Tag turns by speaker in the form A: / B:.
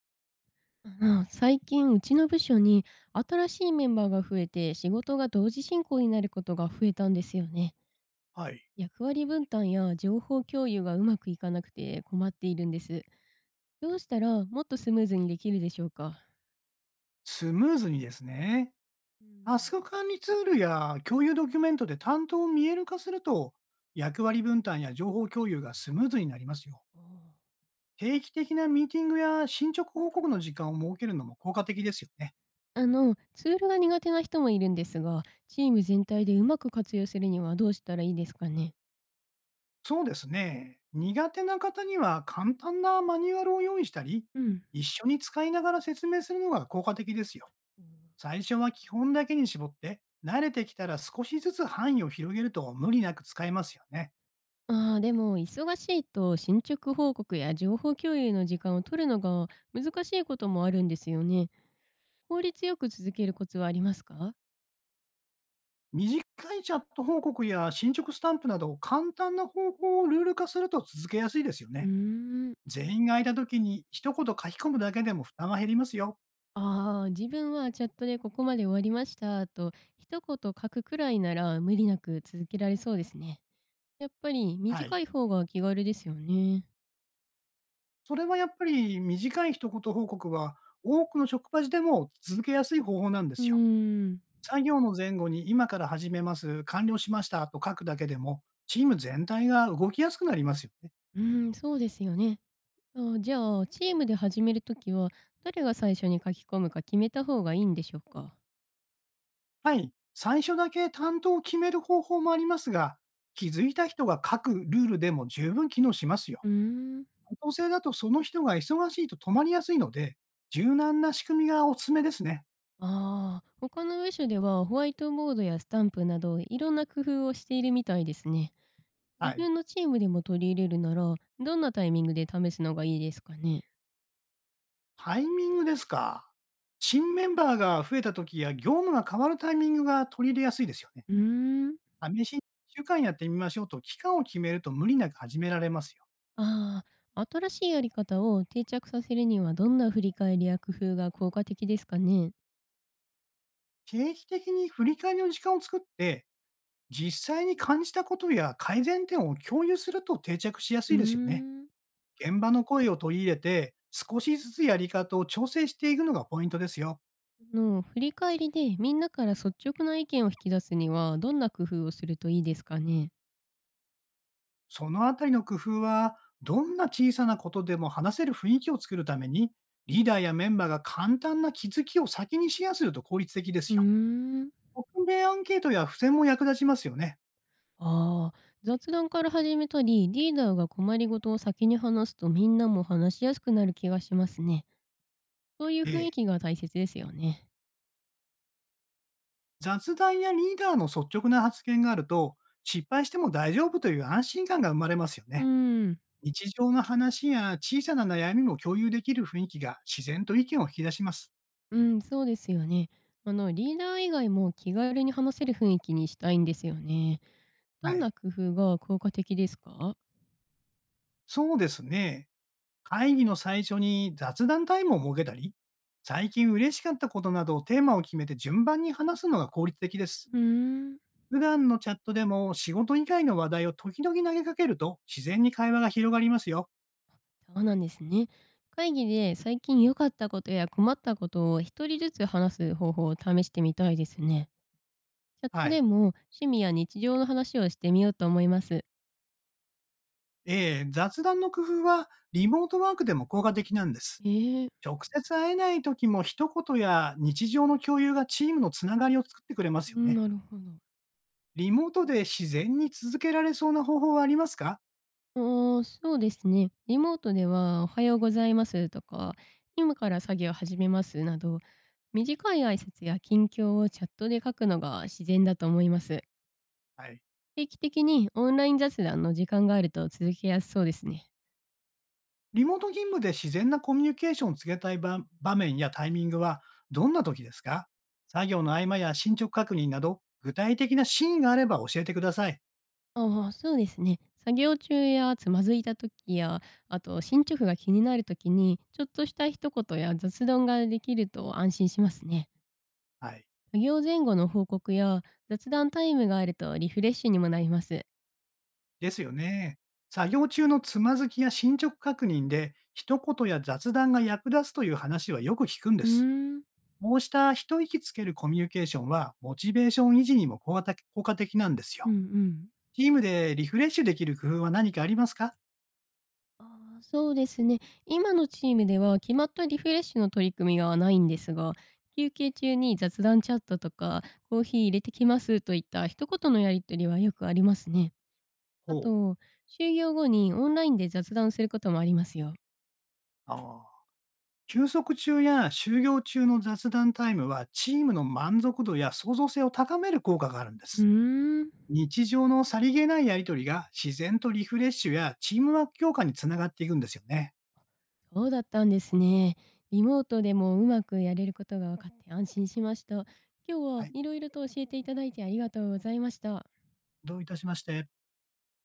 A: 最近うちの部署に新しいメンバーが増えて、仕事が同時進行になることが増えたんですよね。
B: はい。
A: 役割分担や情報共有がうまくいかなくて困っているんです。どうしたらもっとスムーズにできるでしょうか？
B: スムーズにですね、
A: うん。
B: タスク管理ツールや共有ドキュメントで担当を見える化すると、役割分担や情報共有がスムーズになりますよ。
A: おー。
B: 定期的なミーティングや進捗報告の時間を設けるのも効果的ですよね。
A: ツールが苦手な人もいるんですが、チーム全体でうまく活用するにはどうしたらいいですかね？
B: そうですね。苦手な方には簡単なマニュアルを用意したり、
A: うん。
B: 一緒に使いながら説明するのが効果的ですよ。最初は基本だけに絞って、慣れてきたら少しずつ範囲を広げると無理なく使えますよね。
A: ああ、でも忙しいと進捗報告や情報共有の時間を取るのが難しいこともあるんですよね。効率よく続けるコツはありますか？
B: 短いチャット報告や進捗スタンプなど、簡単な方法をルール化すると続けやすいですよ
A: うー
B: ね。
A: ん。
B: 全員が空いた時に一言書き込むだけでも負担が減りますよ。
A: ああー、自分はチャットで「ここまで終わりました」と一言書くくらいなら無理なく続けられそうですね。やっぱり
B: は
A: 短
B: い。
A: い方が気軽ですよね。
B: それはやっぱり短い一言報告は、多くの職場時でも続けやすい方法なんで
A: うー
B: すよ。
A: ん。
B: 作業の前後に今から始めます、完了しましたと書くだけでも、チーム全体が動きやすくなりますよね。
A: うーん、そうですよね。あ、じゃあ、チームで始めるときは誰が最初に書き込むか決めた方がいいんでしょうか？
B: はい。最初だけ担当を決める方法もありますが、気づいた人が書くルールでも十分機能しますよ。
A: うーん。
B: 女性だとその人が忙しいと止まりやすいので、柔軟な仕組みがおすすめですね。
A: ああ、他のウェシュではホワイトボードやスタンプなど、いろんな工夫をしているみたいですね。
B: は
A: 自
B: い。
A: 分のチームでも取り入れるなら、どんなタイミングで試すのがいいですかね。
B: タイミングですか。新メンバーが増えた時や業務が変わるタイミングが取り入れやすいですよね。
A: うーん。
B: 試しに1週間やってみましょうと期間を決めると無理なく始められますよ。
A: ああ、新しいやり方を定着させるにはどんな振り返りや工夫が効果的ですかね。
B: 定期的に振り返りの時間を作って、実際に感じたことや改善点を共有すると定着しやす
A: う
B: い
A: ー
B: ですよね。
A: ん。
B: 現場の声を取り入れて、少しずつやり方を調整していくのがポイントですよ。
A: の振り返りでみんなから率直な意見を引き出すには、どんな工夫をするといいですかね。
B: そのあたりの工夫は、どんな小さなことでも話せる雰囲気を作るために、リーダーやメンバーが簡単な気づきを先にシェアすると効率的で
A: う
B: す
A: ー
B: よ。
A: ん。
B: 匿名アンケートや付箋も役立ちますよね。
A: ああ、雑談から始めたり、リーダーが困りごとを先に話すと、みんなも話しやすくなる気がしますね。そういう
B: え
A: 雰囲
B: え。
A: 気が大切ですよね。
B: 雑談やリーダーの率直な発言があると、失敗しても大丈夫という安心感が生まれますよ
A: う
B: ね。
A: ん、
B: 日常の話や小さな悩みも共有できる雰囲気が自然と意見を引き出します。
A: うん、そうですよね。あの、リーダー以外も気軽に話せる雰囲気にしたいんですよね。
B: は
A: どん
B: い。
A: な工夫が効果的ですか？
B: そうですね。会議の最初に雑談タイムを設けたり、最近嬉しかったことなどをテーマを決めて順番に話すのが効率的です。
A: うーん、
B: 普段のチャットでも仕事以外の話題を時々投げかけると自然に会話が広がりますよ。
A: そうなんですね。会議で最近良かったことや困ったことを一人ずつ話す方法を試してみたいですね。チャッ
B: は
A: トで
B: い。
A: も趣味や日常の話をしてみようと思います。
B: 雑談の工夫はリモートワークでも効果的なんです。
A: ええ、
B: 直接会えない時も一言や日常の共有がチームのつながりを作ってくれますよ
A: うん、
B: ね。
A: なるほど。
B: リモートで自然に続けられそうな方法はありますか？
A: ああ、そうですね。リモートでは「おはようございます」とか「今から作業始めます」など、短い挨拶や近況をチャットで書くのが自然だと思います。
B: はい。
A: 定期的にオンライン雑談の時間があると続けやすそうですね。
B: リモート勤務で自然なコミュニケーションをつけたい場場面やタイミングはどんな時ですか？作業の合間や進捗確認など、具体的なシーンがあれば教えてください。
A: ああ、そうですね。作業中やつまずいた時や、あと進捗が気になる時に、ちょっとした一言や雑談ができると安心しますね。
B: はい。
A: 作業前後の報告や雑談タイムがあるとリフレッシュにもなります。
B: ですよね。作業中のつまずきや進捗確認で、一言や雑談が役立つという話はよく聞くんで
A: うー
B: す。
A: ん、
B: こうした一息つけるコミュニケーションは、モチベーション維持にも効果的効果的なんです
A: う
B: よ。
A: んうん。
B: チームでリフレッシュできる工夫は何かありますか？
A: あーそうですね。今のチームでは決まったリフレッシュの取り組みがないんですが、休憩中に雑談チャットとか「コーヒー入れてきます」といった一言のやり取りはよくありますね。あ
B: ほう。
A: と、就業後にオンラインで雑談することもありますよ。
B: ああ。休息中や就業中の雑談タイムは、チームの満足度や創造性を高める効果があるんで
A: う
B: す。
A: ーん。
B: 日常のさりげないやりとりが、自然とリフレッシュやチームワーク強化につながっていくんですよね。
A: そうだったんですね。リモートでもうまくやれることが分かって安心しました。今日
B: は
A: は
B: い。
A: いろいろと教えていただいてありがとうございました。
B: どういたしまして。